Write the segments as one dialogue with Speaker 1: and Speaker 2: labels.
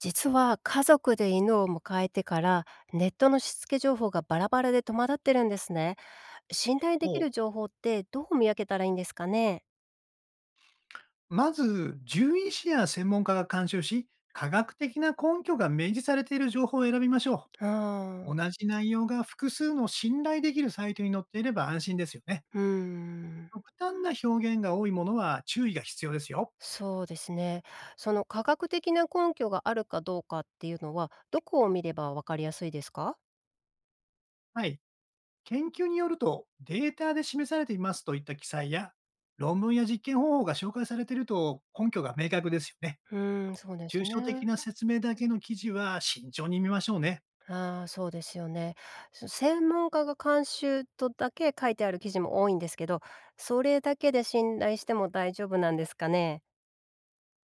Speaker 1: 実は家族で犬を迎えてから、ネットのしつけ情報がバラバラで戸惑ってるんですね。信頼でき
Speaker 2: ほう。
Speaker 1: る情報ってどう見分けたらいいんですかね。
Speaker 2: まず、獣医師や専門家が監修し、科学的な根拠が明示されている情報を選びましょ
Speaker 1: うー
Speaker 2: う。
Speaker 1: ん。
Speaker 2: 同じ内容が複数の信頼できるサイトに載っていれば安心ですよね。
Speaker 1: うーん。
Speaker 2: 極端な表現が多いものは注意が必要ですよ。
Speaker 1: そうですね。その科学的な根拠があるかどうかっていうのはどこを見ればわかりやすいですか？
Speaker 2: はい。研究によると、データで示されていますといった記載や、論文や実験方法が紹介されていると根拠が明確ですよね。
Speaker 1: うーん、そうです
Speaker 2: 抽象
Speaker 1: ね。
Speaker 2: 的な説明だけの記事は慎重に見ましょうね。
Speaker 1: ああ、そうですよね。専門家が監修とだけ書いてある記事も多いんですけど、それだけで信頼しても大丈夫なんですかね。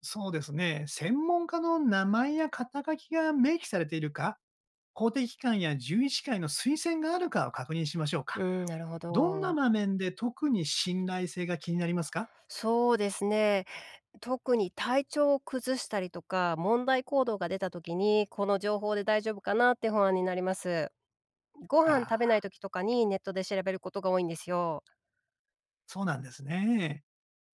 Speaker 2: そうですね。専門家の名前や肩書きが明記されているか、公的機関や獣医師会の推薦があるかを確認しましょうか。
Speaker 1: うん、なるほ
Speaker 2: どんな
Speaker 1: ど。
Speaker 2: 場面で特に信頼性が気になりますか？
Speaker 1: そうですね。特に体調を崩したりとか、問題行動が出た時に、この情報で大丈夫かなって不安になります。ご
Speaker 2: あ
Speaker 1: 飯食べない
Speaker 2: あ、
Speaker 1: 時とかにネットで調べることが多いんですよ。
Speaker 2: そうなんですね。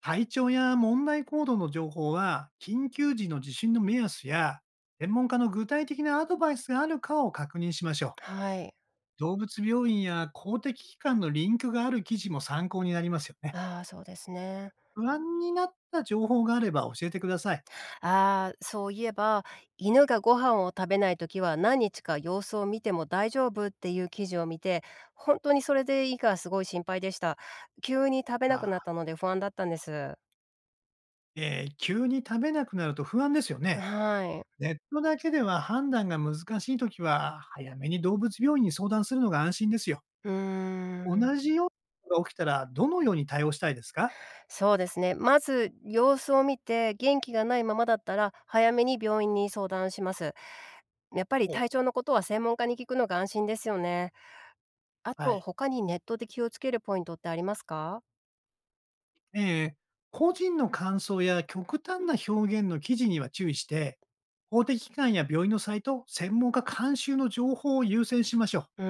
Speaker 2: 体調や問題行動の情報は、緊急時の地震の目安や、専門家の具体的なアドバイスがあるかを確認しましょう。
Speaker 1: はい。
Speaker 2: 動物病院や公的機関のリンクがある記事も参考になりますよね。
Speaker 1: ああ、そうですね。
Speaker 2: 不安になった情報があれば教えてください。
Speaker 1: ああ、そういえば、犬がご飯を食べない時は何日か様子を見ても大丈夫っていう記事を見て、本当にそれでいいかすごい心配でした。急に食べ
Speaker 2: あ
Speaker 1: なく
Speaker 2: あ。
Speaker 1: なったので不安だったんです。
Speaker 2: ええ、急に食べなくなると不安ですよね。
Speaker 1: はい。
Speaker 2: ネットだけでは判断が難しいときは、早めに動物病院に相談するのが安心ですよ。
Speaker 1: うー
Speaker 2: 同
Speaker 1: ん、
Speaker 2: じようなことが起きたら、どのように対応したいですか？
Speaker 1: そうですね。まず様子を見て、元気がないままだったら、早めに病院に相談します。やっぱり
Speaker 2: お、
Speaker 1: 体調のことは専門家に聞くのが安心ですよね。あ
Speaker 2: は
Speaker 1: と、
Speaker 2: い。
Speaker 1: 他にネットで気をつけるポイントってありますか？
Speaker 2: えー個人の感想や極端な表現の記事には注意して、公的機関や病院のサイト、専門家監修の情報を優先しましょ
Speaker 1: うー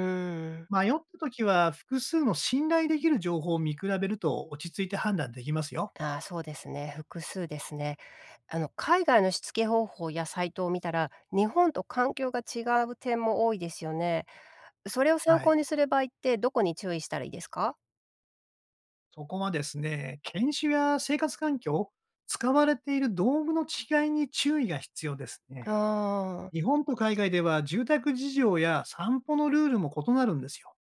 Speaker 1: ん。
Speaker 2: う。迷ったときは、複数の信頼できる情報を見比べると落ち着いて判断できますよ。
Speaker 1: ああ、そうですね。複数ですね。あの、海外のしつけ方法やサイトを見たら、日本と環境が違う点も多いですよね。それを参
Speaker 2: は
Speaker 1: 考
Speaker 2: い。
Speaker 1: にする場合って、どこに注意したらいいですか？
Speaker 2: そこはですね、犬種や生活環境、使われている道具の違いに注意が必要ですね。
Speaker 1: ああー、
Speaker 2: 日本と海外では住宅事情や散歩のルールも異なるんですよ。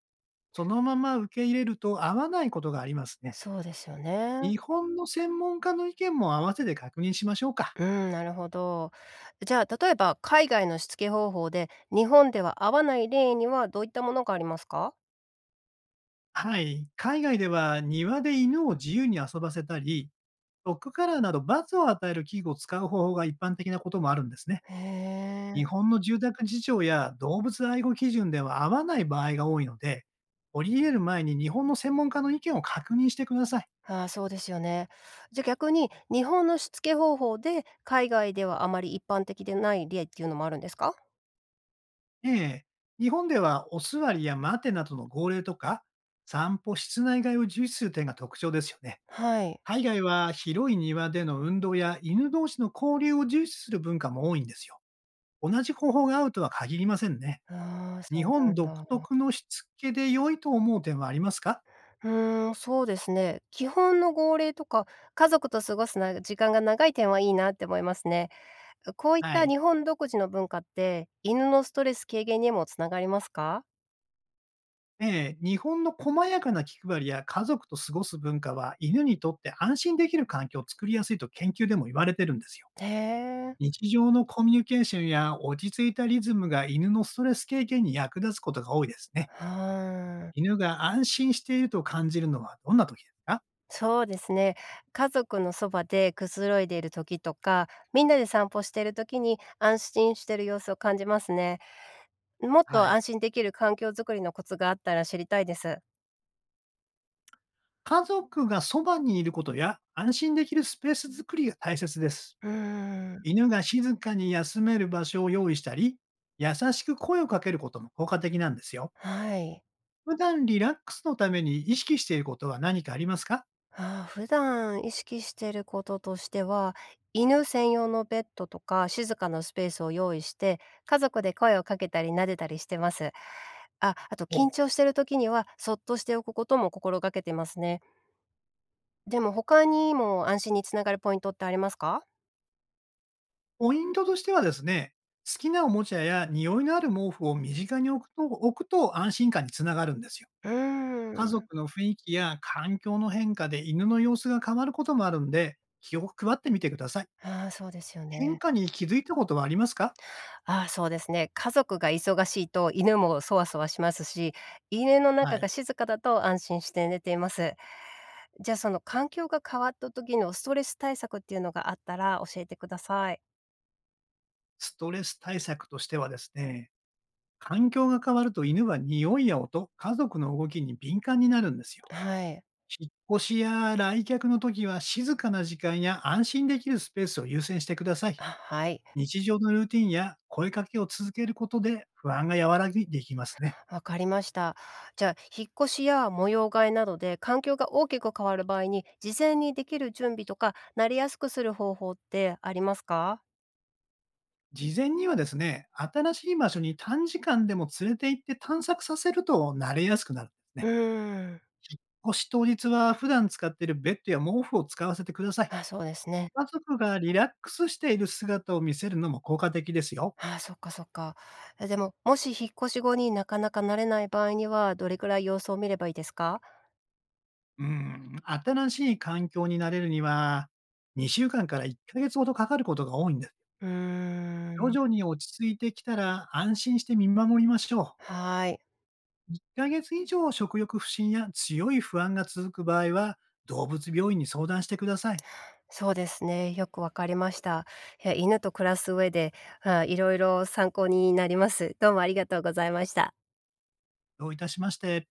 Speaker 2: そのまま受け入れると合わないことがありますね。
Speaker 1: そうですよね。
Speaker 2: 日本の専門家の意見も合わせて確認しましょうか。
Speaker 1: うん、なるほど。じゃあ、例えば海外のしつけ方法で、日本では合わない例にはどういったものがありますか？
Speaker 2: はい。海外では庭で犬を自由に遊ばせたり、ロックカラーなど罰を与える器具を使う方法が一般的なこともあるんですね。
Speaker 1: へ
Speaker 2: 日
Speaker 1: え。
Speaker 2: 本の住宅事情や動物愛護基準では合わない場合が多いので、取り入れる前に日本の専門家の意見を確認してください。
Speaker 1: ああ、そうですよね。じゃ、逆に日本のしつけ方法で、海外ではあまり一般的でない例っていうのもあるんですか？
Speaker 2: ええ。日本ではお座りや待てなどの号令とか、散歩、室内外を重視する点が特徴ですよね。
Speaker 1: はい。
Speaker 2: 海外は広い庭での運動や犬同士の交流を重視する文化も多いんですよ。同じ方法が合うとは限りませんね。
Speaker 1: ああ、
Speaker 2: 日
Speaker 1: そう
Speaker 2: 本
Speaker 1: なん
Speaker 2: 独
Speaker 1: だ。
Speaker 2: 特のしつけで良いと思う点はありますか？
Speaker 1: うーん、そうですね。基本の号令とか、家族と過ごすな時間が長い点はいいなって思いますね。こういっ
Speaker 2: は
Speaker 1: た
Speaker 2: い。
Speaker 1: 日本独自の文化って、犬のストレス軽減にもつながりますか？
Speaker 2: ええ、日本の細やかな気配りや家族と過ごす文化は、犬にとって安心できる環境を作りやすいと研究でも言われてるんですよ。
Speaker 1: へえ、
Speaker 2: 日常のコミュニケーションや落ち着いたリズムが犬のストレス経験に役立つことが多いですね。
Speaker 1: はあ。
Speaker 2: 犬が安心していると感じるのはどんな時ですか？
Speaker 1: そうですね。家族のそばでくつろいでいる時とか、みんなで散歩している時に安心している様子を感じますね。もっと
Speaker 2: はい。
Speaker 1: 安心できる環境づくりのコツがあったら知りたいです。
Speaker 2: 家族がそばにいることや安心できるスペース作りが大切です。
Speaker 1: うーん、
Speaker 2: 犬が静かに休める場所を用意したり、優しく声をかけることも効果的なんですよ。
Speaker 1: はい。
Speaker 2: 普段リラックスのために意識していることは何かありますか？
Speaker 1: ああ、普段意識していることとしては、犬専用のベッドとか静かなスペースを用意して、家族で声をかけたり撫でたりしてます。あ、あと
Speaker 2: お
Speaker 1: 緊
Speaker 2: う。
Speaker 1: 張している時にはそっとしておくことも心がけてますね。でも他にも安心につながるポイントってありますか？
Speaker 2: ポイントとしてはですね、好きなおもちゃや匂いのある毛布を身近に置くと安心感につながるんですよ。
Speaker 1: うー
Speaker 2: 家
Speaker 1: ん。
Speaker 2: 族の雰囲気や環境の変化で犬の様子が変わることもあるんで、気を配ってみてください。
Speaker 1: ああ、そうですよ
Speaker 2: 変
Speaker 1: ね。
Speaker 2: 化に気づいたことはありますか？
Speaker 1: ああ、そうですね。家族が忙しいと犬もそわそわしますし、犬の
Speaker 2: は
Speaker 1: 中が
Speaker 2: い。
Speaker 1: 静かだと安心して寝ています。じゃあ、その環境が変わった時のストレス対策っていうのがあったら教えてください。
Speaker 2: ストレス対策としてはですね、環境が変わると犬は匂いや音、家族の動きに敏感になるんですよ。
Speaker 1: はい。
Speaker 2: 引っ越しや来客の時は静かな時間や安心できるスペースを優先してください。
Speaker 1: あ、はい。
Speaker 2: 日常のルーティンや声かけを続けることで不安が和らぎできますね。
Speaker 1: わかりました。じゃあ、引っ越しや模様替えなどで環境が大きく変わる場合に、事前にできる準備とか、なりやすくする方法ってありますか？
Speaker 2: 事前にはですね、新しい場所に短時間でも連れて行って探索させると慣れやすくなるんです
Speaker 1: う
Speaker 2: ね。
Speaker 1: ーん。
Speaker 2: 引っ越し当日は普段使っているベッドや毛布を使わせてください。
Speaker 1: あ、そうですね。
Speaker 2: 家族がリラックスしている姿を見せるのも効果的ですよ。
Speaker 1: あ、そっかそっか。でも、もし引っ越し後になかなか慣れない場合には、どれくらい様子を見ればいいですか？
Speaker 2: うん、新しい環境に慣れるには、2週間かんから1ヶ月ほどかかることが多いんです。
Speaker 1: うー
Speaker 2: 徐々
Speaker 1: ん。
Speaker 2: に落ち着いてきたら安心して見守りましょう。
Speaker 1: はーい。
Speaker 2: 1ヶ月以上食欲不振や強い不安が続く場合は、動物病院に相談してください。
Speaker 1: そうですね。よくわかりました。いや、犬と暮らす上で、あ、いろいろ参考になります。どうもありがとうございました。
Speaker 2: どういたしまして。